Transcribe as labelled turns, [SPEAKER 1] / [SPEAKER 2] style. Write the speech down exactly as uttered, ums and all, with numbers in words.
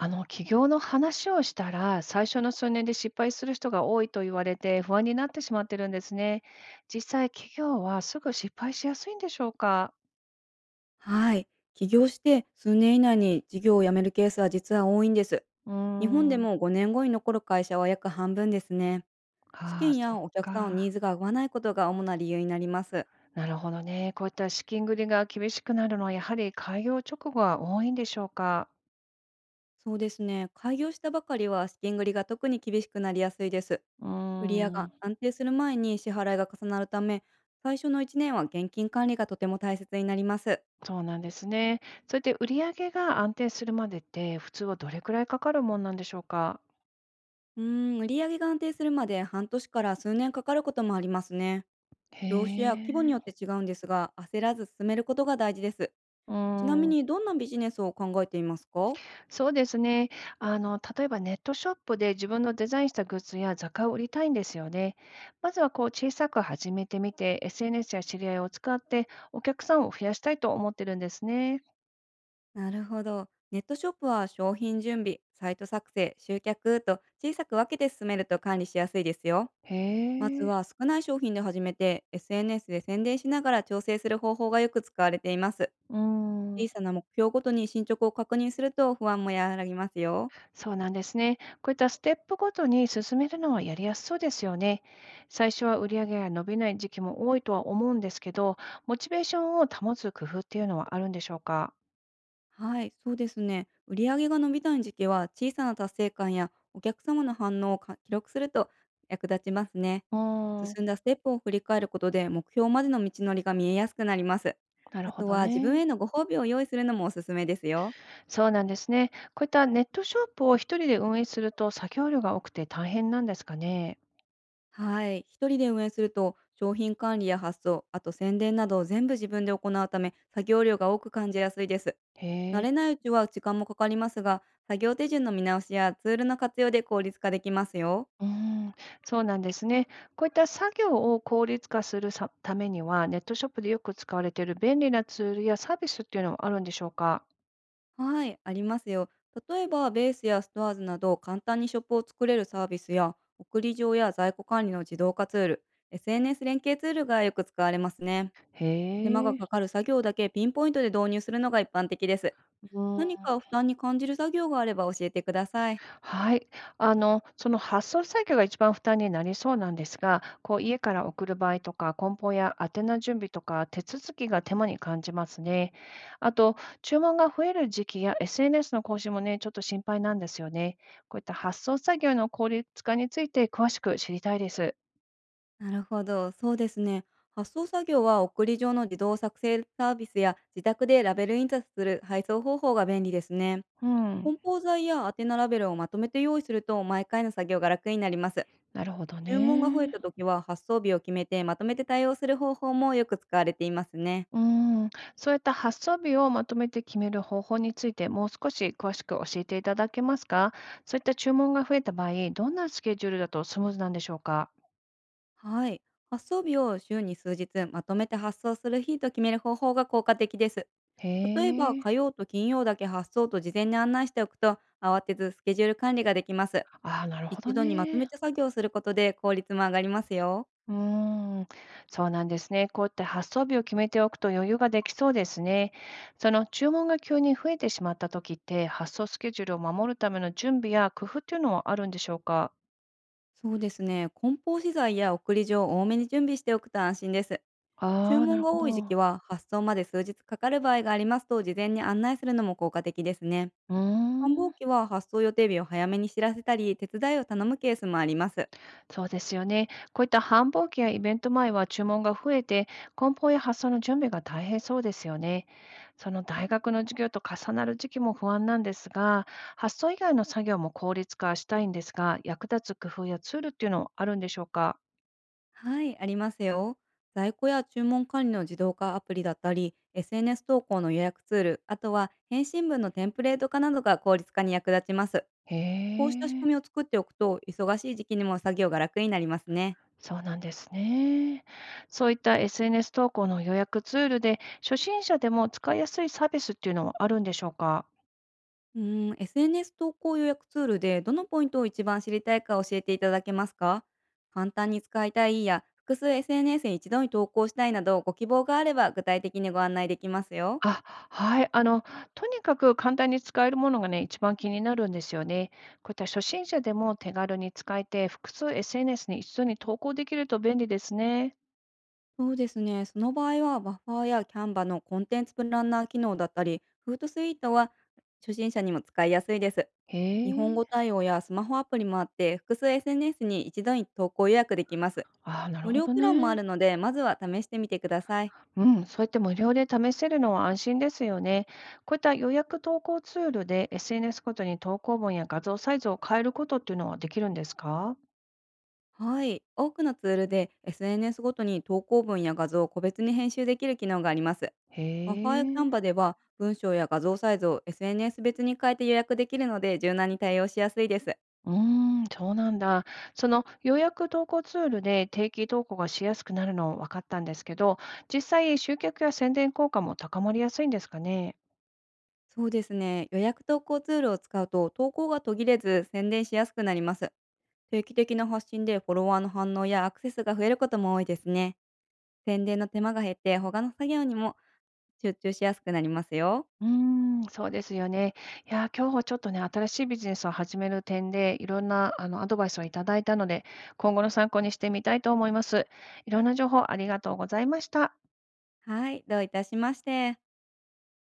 [SPEAKER 1] あの、起業の話をしたら、最初の数年で失敗する人が多いと言われて不安になってしまってるんですね。実際、企業はすぐ失敗しやすいんでしょうか？
[SPEAKER 2] はい。起業して数年以内に事業を辞めるケースは実は多いんです。
[SPEAKER 1] うー
[SPEAKER 2] 日本で
[SPEAKER 1] ん。
[SPEAKER 2] もごねんごに残る会社は約半分ですね。資
[SPEAKER 1] ああ、
[SPEAKER 2] 金
[SPEAKER 1] そ
[SPEAKER 2] や
[SPEAKER 1] っ
[SPEAKER 2] お客さんのニ
[SPEAKER 1] か。
[SPEAKER 2] ーズが合わないことが主な理由になります。
[SPEAKER 1] なるほどね。こういった資金繰りが厳しくなるのは、やはり開業直後は多いんでしょうか？
[SPEAKER 2] そうですね。開業したばかりは資金繰りが特に厳しくなりやすいです。
[SPEAKER 1] うー
[SPEAKER 2] 売上が
[SPEAKER 1] ん。
[SPEAKER 2] 安定する前に支払いが重なるため、最初のいちねんは現金管理がとても大切になります。
[SPEAKER 1] そうなんですね。それで売上が安定するまでって、普通はどれくらいかかるもんなんでしょうか？
[SPEAKER 2] うーん、売上が安定するまで半年から数年かかることもありますね。
[SPEAKER 1] へ
[SPEAKER 2] 業種や規模に
[SPEAKER 1] え。
[SPEAKER 2] よって違うんですが、焦らず進めることが大事です。
[SPEAKER 1] うー
[SPEAKER 2] ちなみ
[SPEAKER 1] ん。
[SPEAKER 2] にどんなビジネスを考えていますか？
[SPEAKER 1] そうですね。あの、例えばネットショップで自分のデザインしたグッズや雑貨を売りたいんですよね。まずはこう小さく始めてみて、エスエヌエス や知り合いを使ってお客さんを増やしたいと思ってるんですね。
[SPEAKER 2] なるほど。ネットショップは商品準備、サイト作成、集客と小さく分けて進めると管理しやすいですよ。まず
[SPEAKER 1] へえ。
[SPEAKER 2] は少ない商品で始めて エスエヌエス で宣伝しながら調整する方法がよく使われています。
[SPEAKER 1] う
[SPEAKER 2] 小
[SPEAKER 1] ん。
[SPEAKER 2] さな目標ごとに進捗を確認すると不安も和らぎますよ。
[SPEAKER 1] そうなんですね。こういったステップごとに進めるのはやりやすそうですよね。最初は売り上げが伸びない時期も多いとは思うんですけど、モチベーションを保つ工夫っていうのはあるんでしょうか。
[SPEAKER 2] はい、そうですね。売り上げが伸びない時期は、小さな達成感やお客様の反応をか記録すると役立ちますね。
[SPEAKER 1] うん。
[SPEAKER 2] 進んだステップを振り返ることで、目標までの道のりが見えやすくなります。
[SPEAKER 1] なる
[SPEAKER 2] あ
[SPEAKER 1] ほ
[SPEAKER 2] と
[SPEAKER 1] ど
[SPEAKER 2] は、自分へ
[SPEAKER 1] ね。
[SPEAKER 2] のご褒美を用意するのもおすすめですよ。
[SPEAKER 1] そうなんですね。こういったネットショップを一人で運営すると作業量が多くて大変なんですかね。
[SPEAKER 2] はい、一人で運営すると、商品管理や発送、あと宣伝などを全部自分で行うため、作業量が多く感じやすいです。
[SPEAKER 1] へ
[SPEAKER 2] 慣
[SPEAKER 1] え。
[SPEAKER 2] れないうちは時間もかかりますが、作業手順の見直しやツールの活用で効率化できますよ。
[SPEAKER 1] うーん、そうなんですね。こういった作業を効率化するさためには、ネットショップでよく使われている便利なツールやサービスっていうのはあるんでしょうか。
[SPEAKER 2] はい、ありますよ。例えば、ベースやストアーズなど、簡単にショップを作れるサービスや、送り状や在庫管理の自動化ツール、エスエヌエス 連携ツールがよく使われますね。手間が
[SPEAKER 1] へ
[SPEAKER 2] か
[SPEAKER 1] え。
[SPEAKER 2] かる作業だけピンポイントで導入するのが一般的です。
[SPEAKER 1] うー
[SPEAKER 2] 何か
[SPEAKER 1] ん
[SPEAKER 2] 負担に感じる作業があれば教えてください。
[SPEAKER 1] はい。あの、その発送作業が一番負担になりそうなんですが、こう家から送る場合とか、梱包や宛名準備とか、手続きが手間に感じますね。あと、注文が増える時期や エスエヌエス の更新もね、ちょっと心配なんですよね。こういった発送作業の効率化について詳しく知りたいです。
[SPEAKER 2] なるほど、そうですね。発送作業は送り状の自動作成サービスや自宅でラベル印刷する配送方法が便利ですね。
[SPEAKER 1] うん、
[SPEAKER 2] 梱包材や宛名ラベルをまとめて用意すると毎回の作業が楽になります。
[SPEAKER 1] なるほど
[SPEAKER 2] 注文が増え
[SPEAKER 1] ね。
[SPEAKER 2] た時は発送日を決めてまとめて対応する方法もよく使われていますね。
[SPEAKER 1] うーん、そういった発送日をまとめて決める方法についてもう少し詳しく教えていただけますか？そういった注文が増えた場合、どんなスケジュールだとスムーズなんでしょうか？
[SPEAKER 2] はい。発送日を週に数日まとめて発送する日と決める方法が効果的です。
[SPEAKER 1] へ
[SPEAKER 2] 例えば
[SPEAKER 1] え、
[SPEAKER 2] 火曜と金曜だけ発送と事前に案内しておくと慌てずスケジュール管理ができます。
[SPEAKER 1] ああ、なるほ
[SPEAKER 2] 一
[SPEAKER 1] ど
[SPEAKER 2] 度にまと
[SPEAKER 1] ね。
[SPEAKER 2] めて作業することで効率も上がりますよ。
[SPEAKER 1] うーん、そうなんですね。こういった発送日を決めておくと余裕ができそうですね。その注文が急に増えてしまった時って、発送スケジュールを守るための準備や工夫っていうのはあるんでしょうか？
[SPEAKER 2] そうですね。梱包資材や送り状を多めに準備しておくと安心です。注
[SPEAKER 1] ああー、な
[SPEAKER 2] 文
[SPEAKER 1] る
[SPEAKER 2] が
[SPEAKER 1] ほ
[SPEAKER 2] 多い時
[SPEAKER 1] ど。
[SPEAKER 2] 期は発送まで数日かかる場合がありますと事前に案内するのも効果的ですね。
[SPEAKER 1] うー
[SPEAKER 2] 繁忙
[SPEAKER 1] ん。
[SPEAKER 2] 期は発送予定日を早めに知らせたり、手伝いを頼むケースもあります。
[SPEAKER 1] そうですよね。こういった繁忙期やイベント前は注文が増えて、梱包や発送の準備が大変そうですよね。その大学の授業と重なる時期も不安なんですが、発送以外の作業も効率化したいんですが、役立つ工夫やツールっていうのはあるんでしょうか？
[SPEAKER 2] はい、ありますよ。在庫や注文管理の自動化アプリだったり、エスエヌエス 投稿の予約ツール、あとは返信文のテンプレート化などが効率化に役立ちます。
[SPEAKER 1] へ
[SPEAKER 2] こうした仕
[SPEAKER 1] え、
[SPEAKER 2] 組みを作っておくと、忙しい時期にも作業が楽になりますね。
[SPEAKER 1] そうなんですね。そういった エスエヌエス 投稿の予約ツールで、初心者でも使いやすいサービスっていうのはあるんでしょうか？
[SPEAKER 2] うーん、エスエヌエス 投稿予約ツールでどのポイントを一番知りたいか教えていただけますか？簡単に使いたいや、複数 エスエヌエス に一度に投稿したいなどご希望があれば具体的にご案内できますよ。
[SPEAKER 1] あ、はい。あの、とにかく簡単に使えるものがね、一番気になるんですよね。こういった初心者でも手軽に使えて、複数 エスエヌエス に一度に投稿できると便利ですね。
[SPEAKER 2] そうですね。その場合はバッファーやキャンバのコンテンツプランナー機能だったり、フートスイートは初心者にも使いやすいです。
[SPEAKER 1] へ
[SPEAKER 2] 日本
[SPEAKER 1] え。
[SPEAKER 2] 語対応やスマホアプリもあって、複数 エスエヌエス に一度に投稿予約できます。
[SPEAKER 1] ああ、なる
[SPEAKER 2] 無
[SPEAKER 1] ほ
[SPEAKER 2] 料
[SPEAKER 1] ど
[SPEAKER 2] プランもあ
[SPEAKER 1] ね。
[SPEAKER 2] るので、まずは試してみてください。
[SPEAKER 1] うん、そうやって無料で試せるのは安心ですよね。こういった予約投稿ツールで エスエヌエス ごとに投稿文や画像サイズを変えることっていうのはできるんですか？
[SPEAKER 2] はい。多くのツールで エスエヌエス ごとに投稿文や画像を個別に編集できる機能があります。
[SPEAKER 1] へ
[SPEAKER 2] ワファーやキャン
[SPEAKER 1] え。
[SPEAKER 2] バでは文章や画像サイズを エスエヌエス 別に変えて予約できるので柔軟に対応しやすいです。
[SPEAKER 1] うーん、そうなんだ。その予約投稿ツールで定期投稿がしやすくなるの分かったんですけど、実際集客や宣伝効果も高まりやすいんですかね。
[SPEAKER 2] そうですね。予約投稿ツールを使うと投稿が途切れず宣伝しやすくなります。定期的な発信でフォロワーの反応やアクセスが増えることも多いですね。宣伝の手間が減って他の作業にも集中しやすくなりますよ。
[SPEAKER 1] うーん、そうですよね。いやー、今日はちょっとね、新しいビジネスを始める点で、いろんなあのアドバイスをいただいたので、今後の参考にしてみたいと思います。いろんな情報ありがとうございました。
[SPEAKER 2] はい。どういたしまして。